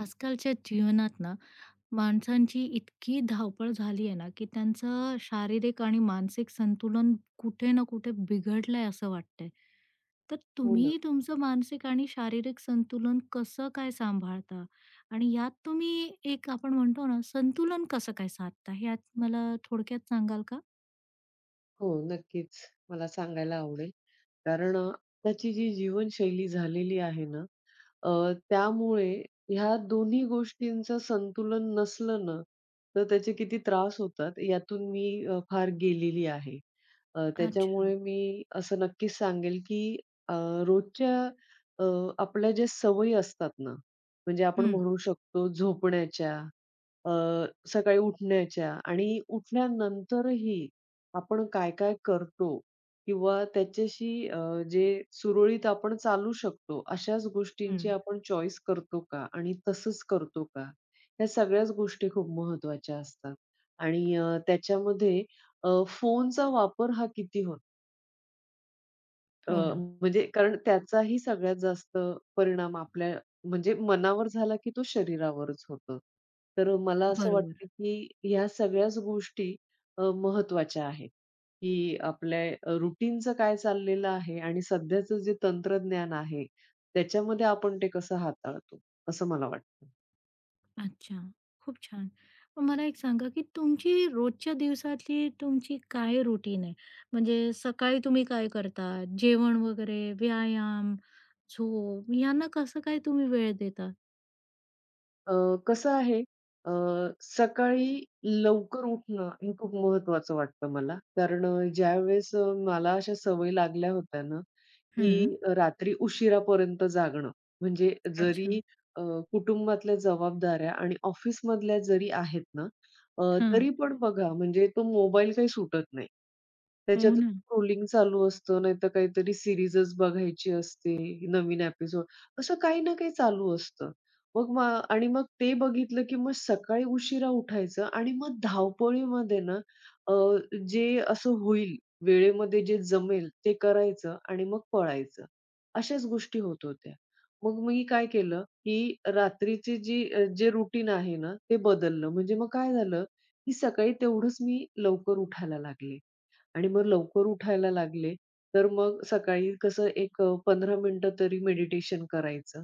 आजकालच्या जीवनात ना, माणसांची इतकी धावपळ झाली आहे ना, की त्यांचं शारीरिक आणि मानसिक संतुलन कुठे ना कुठे बिघडलंय असं वाटतंय. तर हो ना. तुम्ही तुमचं मानसिक आणि शारीरिक संतुलन कसं काय सांभाळता? आणि यात तुम्ही एक आपण म्हणतो ना, संतुलन कसं काय साधता? यात मला थोडक्यात सांगाल का? हो, नक्कीच. मला सांगायला आवडेल. कारण आताची जी जीवनशैली झालेली आहे ना, अ, त्यामुळे ह्या दोन्ही गोष्टींचं संतुलन नसलं ना, तर त्याचे किती त्रास होतात यातून मी फार गेलेली आहे. अच्छा. त्याच्यामुळे मी असं नक्कीच सांगेल, की अ, रोजच्या अ, आपल्या ज्या सवयी असतात ना, म्हणजे आपण हं, म्हणू शकतो झोपण्याच्या अ, सकाळी उठण्याच्या आणि उठल्यानंतरही आपण काय-काय करतो किंवा त्याच्याशी जे सुरळीत आपण चालू शकतो, अशाच गोष्टींची हं. आपण चॉईस करतो का? आणि तसंच करतो का? ह्या सगळ्याच गोष्टी खूप महत्त्वाच्या असतात आणि त्याच्यामध्ये फोनचा वापर हा किती होतो? हो ना. म्हणजे कारण त्याचाही सगळ्यात जास्त परिणाम आपल्या म्हणजे मनावर झाला, की तो शरीरावरच होतो. तर मला असं बरोबर. वाटतं, की ह्या सगळ्याच गोष्टी महत्त्वाच्या आहेत, की आपल्या रुटीनचं काय चाललेलं आहे आणि सध्याचं जे तंत्रज्ञान आहे, त्याच्यामध्ये आपण ते कसं हाताळतो, असं मला वाटतं. अच्छा, खूप छान. मग मला एक सांगा, की तुमची रोजच्या दिवसातली तुमची काय रुटीन आहे? म्हणजे सकाळी तुम्ही काय करता? जेवण वगैरे, व्यायाम, झोप यांना कसं काय तुम्ही वेळ देता? अ, कसं आहे अ, सकाळी लवकर उठणं हे खूप महत्वाचं वाटतं मला. कारण ज्यावेळेस मला अशा सवयी लागल्या होत्या ना, की हं. रात्री उशिरापर्यंत जागणं. म्हणजे अच्छा. जरी अ, कुटुंबातल्या जबाबदाऱ्या आणि ऑफिसमधल्या जरी आहेत ना, अ, हां. तरी पण बघा म्हणजे तो मोबाईल काही सुटत नाही. हो त्याच्यात ना. स्क्रोलिंग चालू असतं, नाहीतर काहीतरी सीरीजच बघायची असते, नवीन एपिसोड असं काही ना काही चालू असतं. मग आणि मग ते बघितलं, की मग सकाळी उशिरा उठायचं आणि मग धावपळीमध्ये ना अ, जे असं होईल वेळेमध्ये जे जमेल ते करायचं आणि मग पळायचं. अशाच गोष्टी होत होत्या. मग मी काय केलं, की रात्रीची जी जे रुटीन आहे ना, ते बदललं. म्हणजे मग काय झालं, की सकाळी तेवढंच मी लवकर उठायला लागले. आणि मग लवकर उठायला लागले, तर मग सकाळी कसं एक 15 मिनिटं तरी मेडिटेशन करायचं.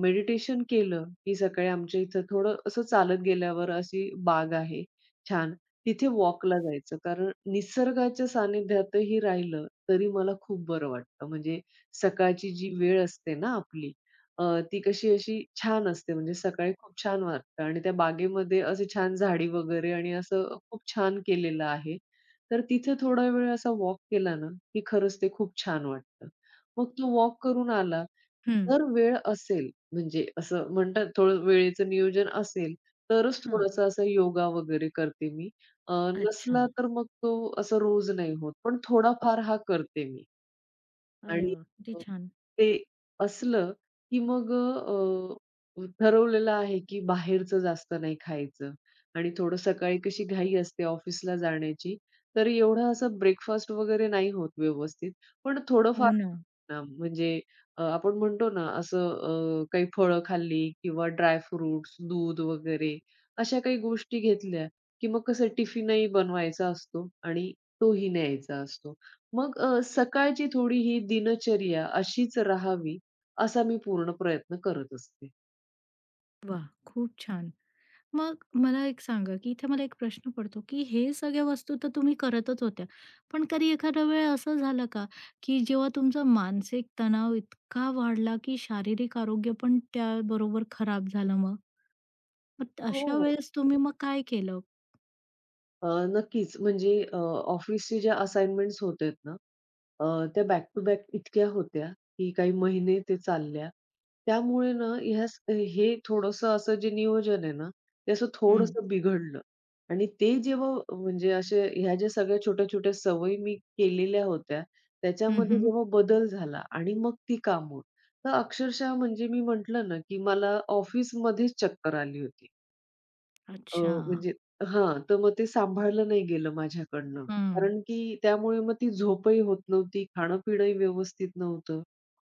मेडिटेशन केलं, की सकाळी आमच्या इथं थोडं असं चालत गेल्यावर अशी बाग आहे छान, तिथे वॉकला जायचं. कारण निसर्गाच्या सानिध्यातही राहिलं, तरी मला खूप बरं वाटतं. म्हणजे सकाळची जी वेळ असते ना आपली, अ, ती कशी अशी छान असते. म्हणजे सकाळी खूप छान वाटतं आणि त्या बागेमध्ये असे छान झाडी वगैरे आणि असं खूप छान केलेलं आहे. तर तिथे थोडा वेळ असा वॉक केला ना, की खरंच ते खूप छान वाटतं. मग तो वॉक करून आला, हं. जर वेळ असेल म्हणजे असं म्हणतात थोडं वेळेचं नियोजन असेल, तरच हां. थोडासा असा योगा वगैरे करते मी. अच्छा. नसला तर मग तो असं रोज नाही होत, पण थोडाफार हा करते मी. अरे आणि वा, किती अ, छान. ते असलं की मग अ, अ, ठरवलेलं आहे की बाहेरचं जास्त नाही खायचं आणि थोडं सकाळी कशी घाई असते ऑफिसला जाण्याची, तर एवढा असा ब्रेकफास्ट वगैरे नाही होत व्यवस्थित. पण थोडंफार हो ना. ना, म्हणजे आपण म्हणतो ना, असं काही फळं खाल्ली किंवा ड्राय फ्रुट्स, दूध वगैरे अशा काही गोष्टी घेतल्या, की मग कसं टिफिनही बनवायचा असतो आणि तोही न्यायचा असतो. मग सकाळची थोडी ही दिनचर्या अशीच राहावी, असा मी पूर्ण प्रयत्न करत असते. वाह! खूप छान. मग मला एक सांगा, की इथे मला एक प्रश्न पडतो, की हे सगळ्या वस्तू तर तुम्ही करतच होत्या. पण कधी एखादा वेळ असं झालं का, की जेव्हा तुमचा मानसिक तणाव इतका वाढला, की शारीरिक आरोग्य पण त्याबरोबर खराब झालं मग? मग अशा हो. वेळेस तुम्ही मग काय केलं? अ, नक्कीच. म्हणजे ऑफिसचे ज्या असाइनमेंट्स होत्यात ना, त्या बॅक टू बॅक इतक्या होत्या, की काही महिने ते चालल्या. त्यामुळे ना हे थोडंसं असं जे नियोजन आहे ना, ते असं हं. थोडंसं बिघडलं आणि ते जेव्हा म्हणजे असे ह्या ज्या सगळ्या छोट्या-छोट्या सवयी मी केलेल्या होत्या, हं, त्याच्यामध्ये हं. जेव्हा बदल झाला आणि मग ती कामं. तर अक्षरशः म्हणजे मी म्हटलं ना, की मला ऑफिसमध्येच चक्कर आली होती. अ, अच्छा. म्हणजे हां, तर मग ते सांभाळलं नाही गेलं माझ्याकडनं. हं. कारण की त्यामुळे मग ती झोपही होत नव्हती, खाणं-पिणंही व्यवस्थित नव्हतं.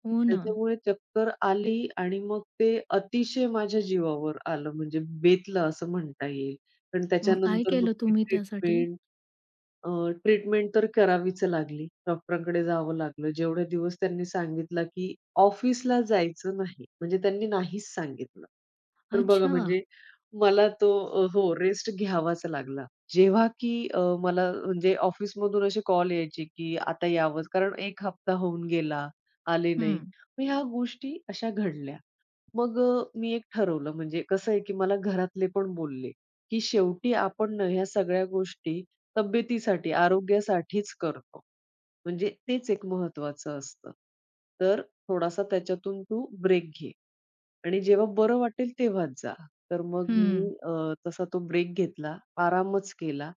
हो ना. त्याच्यामुळे चक्कर आली आणि मग ते अतिशय माझ्या जीवावर आलं, म्हणजे बेतलं असं म्हणता येईल. पण मग काय त्याच्यानंतर मग केलं ती तुम्ही त्यासाठी? अ, ट्रीटमेंट तर करावीच लागली. डॉक्टरांकडे जावं लागलं. जेवढे दिवस त्यांनी सांगितलं की ऑफिसला जायचं नाही, म्हणजे त्यांनी नाहीच सांगितलं. तर बघा अच्छा. म्हणजे मला तो हो, रेस्ट घ्यावाच लागला. जेव्हा की मला म्हणजे ऑफिसमधून असे कॉल यायचे, की आता यावंच कारण 1 हफ्ता होऊन गेला, आले नाही. हं. मग ह्या गोष्टी अशा घडल्या. मग मी एक ठरवलं म्हणजे कसं आहे, की मला घरातले पण बोलले, की शेवटी आपण ना ह्या सगळ्या गोष्टी तब्येतीसाठी, आरोग्यासाठीच करतो. म्हणजे तेच एक महत्त्वाचं असतं. तर थोडासा त्याच्यातून तू ब्रेक घे. आणि जेव्हा बरं वाटेल तेव्हाच जा. तर मग मी हं. तसा तो ब्रेक घेतला, आरामच केला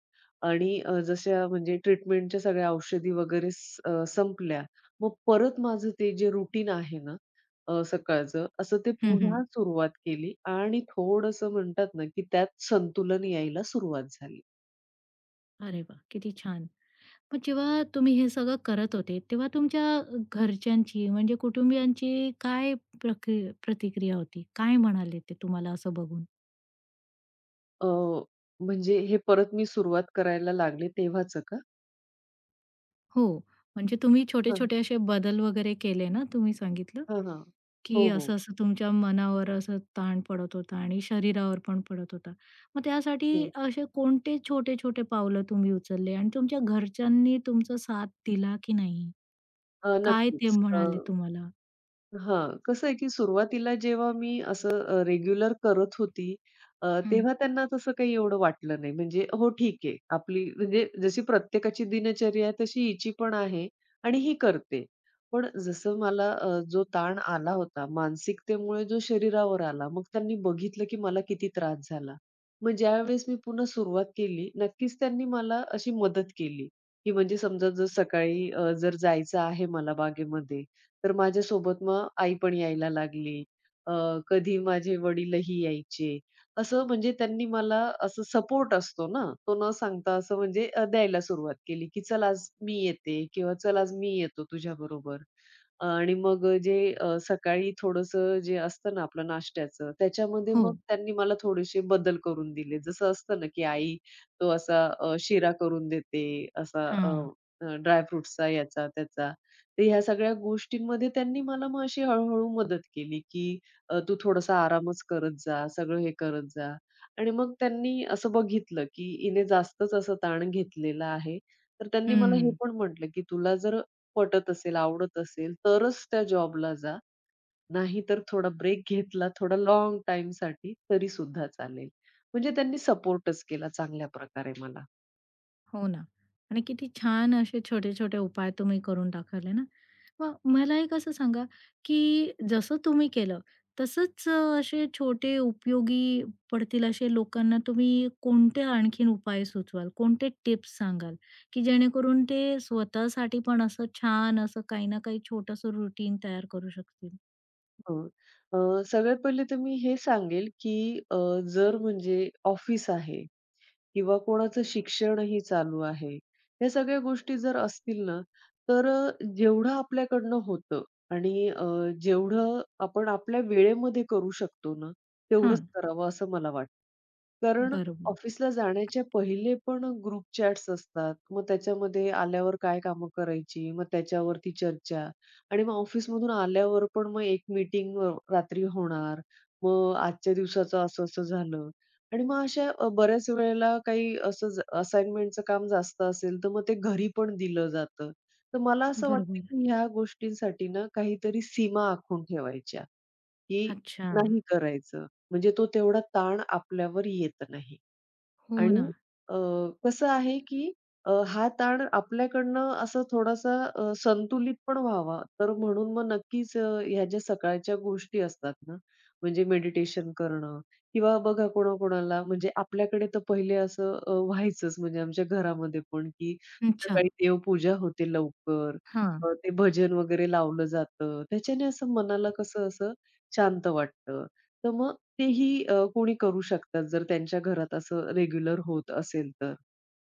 आणि जशा म्हणजे ट्रीटमेंटच्या सगळ्या औषधी वगैरे संपल्या. मग परत माझं ते जे रुटीन आहे ना सकाळचं, असं ते हं, हं. पुन्हा सुरुवात केली आणि थोडंसं म्हणतात ना, की त्यात संतुलन यायला सुरुवात झाली. अरे वाह! किती छान. मग जेव्हा तुम्ही हे सगळं करत होते, तेव्हा तुमच्या घरच्यांची म्हणजे कुटुंबियांची काय प्रक्रि प्रतिक्रिया होती? काय म्हणाले ते तुम्हाला असं बघून? अ, म्हणजे हे परत मी सुरुवात करायला लागले तेव्हाचं का? हो. म्हणजे तुम्ही हां. छोटे-छोटे असे बदल वगैरे केले ना, तुम्ही सांगितलं, हां, हां. की हो, हो. असं-असं तुमच्या मनावर असं ताण पडत होता आणि शरीरावर पण पडत होता. मग त्यासाठी हं. असे कोणते छोटे-छोटे पावलं तुम्ही उचलले आणि तुमच्या घरच्यांनी तुमचा साथ दिला की नाही? काय ते नक्कीच. म्हणाले तुम्हाला? हां, कसं आहे, की सुरुवातीला जेव्हा मी असं रेग्युलर करत होती, हं. तेव्हा त्यांना तसं काही एवढं वाटलं नाही. म्हणजे हो ठीक आहे, आपली म्हणजे जशी प्रत्येकाची दिनचर्या आहे, तशी हिची पण आहे आणि ही करते. पण जसं मला जो ताण आला होता, मानसिकतेमुळे जो शरीरावर आला, मग त्यांनी बघितलं, की मला किती त्रास झाला. मग ज्यावेळेस मी पुन्हा सुरुवात केली, नक्कीच त्यांनी मला अशी मदत केली, की म्हणजे समजा जर सकाळी जर जायचं आहे मला बागेमध्ये, तर माझ्यासोबत मग आई पण यायला लागली. अ, कधी माझे वडीलही यायचे. असं म्हणजे त्यांनी मला असं सपोर्ट असतो ना, तो न सांगता असं म्हणजे द्यायला सुरुवात केली, की "चल आज मी येते" किंवा "चल आज मी येतो तुझ्याबरोबर." बरोबर, आणि मग जे सकाळी थोडंसं जे असतं ना आपलं नाश्त्याचं, त्याच्यामध्ये हो. मग त्यांनी मला थोडेसे बदल करून दिले. जसं असतं ना, की आई तो असा शिरा करून देते, असा हां. याचा, त्याचा. तर ह्या सगळ्या गोष्टींमध्ये त्यांनी मला मग अशी हळू मदत केली, की "तू थोडासा आरामच करत जा, सगळं हे करत जा." आणि मग त्यांनी असं बघितलं, की हिने जास्तच असं ताण घेतलेला आहे. तर त्यांनी मला हे हं. पण म्हटलं, की "तुला जर पटत असेल, आवडत असेल, तरच त्या जॉबला जा. नाहीतर थोडा ब्रेक घेतला, थोडा लाँग टाईमसाठी तरीसुद्धा चालेल." म्हणजे त्यांनी सपोर्टच केला चांगल्या प्रकारे मला. हो ना. आणि किती छान असे छोटे-छोटे उपाय तुम्ही करून टाकले ना. मग मला एक असं सांगा, की जसं तुम्ही केलं, तसंच असे छोटे उपयोगी पडतील असे लोकांना तुम्ही कोणते आणखीन उपाय सुचवाल? कोणते टिप्स सांगाल, की जेणेकरून ते स्वतःसाठी पण असं छान असं काही ना काही छोटंसं रुटीन तयार करू शकतील? हं. अ, सगळ्यात पहिले तर मी हे सांगेल, की अ, जर म्हणजे ऑफिस आहे, किंवा कोणाचं शिक्षणही चालू आहे. ह्या सगळ्या गोष्टी जर असतील ना, तर जेवढं आपल्याकडनं होतं आणि जेवढं आपण आपल्या वेळेमध्ये करू शकतो ना, तेवढंच हां. करावं असं मला वाटतं. कारण बरोबर. ऑफिसला जाण्याच्या पहिले पण ग्रुप चॅट्स असतात. मग त्याच्यामध्ये आल्यावर काय कामं करायची, मग त्याच्यावरती चर्चा आणि मग ऑफिसमधून आल्यावर पण मग एक मीटिंग रात्री होणार. मग आजच्या दिवसाचं असं-असं झालं. आणि मग अशा बऱ्याच वेळेला काही असं असाइनमेंटचं काम जास्त असेल, तर मग ते घरी पण दिलं जातं. तर मला असं वाटतं, बरोबर. की ह्या गोष्टींसाठी ना काहीतरी सीमा आखून ठेवायच्या, की अच्छा. नाही करायचं. म्हणजे तो तेवढा ताण आपल्यावर येत नाही. हो आणि ना. अ, कसं आहे की हा ताण आपल्याकडनं असं थोडासा संतुलित पण व्हावा, तर म्हणून मग नक्कीच ह्या ज्या सकाळच्या गोष्टी असतात ना, म्हणजे मेडिटेशन करणं किंवा बघा कोणाकोणाला म्हणजे आपल्याकडे तर पहिले असं व्हायचंच म्हणजे आमच्या घरामध्ये पण की अच्छा. सकाळी देवपूजा होते लवकर, हां. ते भजन वगैरे लावलं जातं. त्याच्याने असं मनाला कसं असं शांत वाटतं. तर मग तेही कोणी करू शकतात जर त्यांच्या घरात असं रेग्युलर होत असेल तर.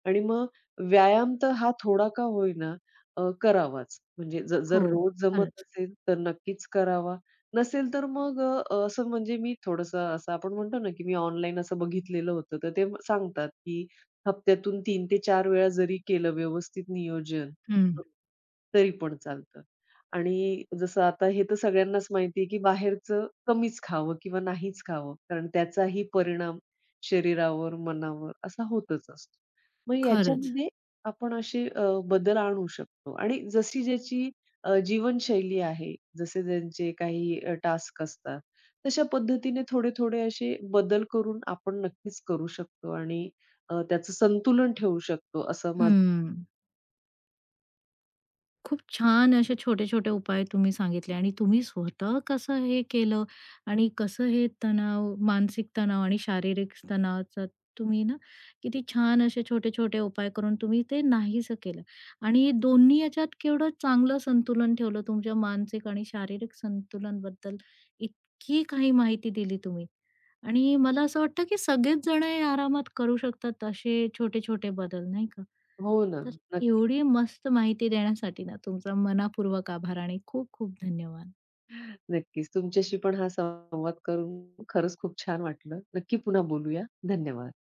आणि मग व्यायाम तर हा थोडा का होईना करावाच. म्हणजे हो. जर रोज जमत खरंच. असेल तर नक्कीच करावा. नसेल तर मग असं म्हणजे मी थोडंसं असं आपण म्हणतो ना, की मी ऑनलाईन असं बघितलेलं होतं. तर ते सांगतात, की हप्त्यातून 3 ते 4 वेळा जरी केलं व्यवस्थित नियोजन, हं. तरी पण चालतं. आणि जसं आता हे तर सगळ्यांनाच माहिती आहे, की बाहेरचं कमीच खावं किंवा नाहीच खावं. कारण त्याचाही परिणाम शरीरावर, मनावर असा होतच असतो. मग हं. खरंच. याच्यामध्ये आपण असे बदल आणू शकतो आणि जशी ज्याची जीवनशैली आहे, जसे त्यांचे काही टास्क असतात, तशा पद्धतीने थोडे-थोडे असे बदल करून आपण नक्कीच करू शकतो आणि त्याचं संतुलन ठेवू शकतो असं माझं हं. खूप छान असे छोटे-छोटे उपाय तुम्ही सांगितले आणि तुम्ही स्वतः कसं हे केलं आणि कसं हे तणाव, मानसिक तणाव आणि शारीरिक तणावाचा तुम्ही ना, किती छान असे छोटे-छोटे उपाय करून तुम्ही ते नाहीसं केलं आणि दोन्ही याच्यात केवढं चांगलं संतुलन ठेवलं. तुमच्या मानसिक आणि शारीरिक संतुलनबद्दल इतकी काही माहिती दिली तुम्ही आणि मला असं वाटतं, की सगळेच जण हे आरामात करू शकतात असे छोटे-छोटे बदल, नाही का? हो ना. तर एवढी मस्त माहिती देण्यासाठी ना तुमचा मनापूर्वक आभार आणि खूप खूप धन्यवाद. नक्कीच. तुमच्याशी पण हा संवाद करून खरंच खूप छान वाटलं. नक्की पुन्हा बोलूया. धन्यवाद.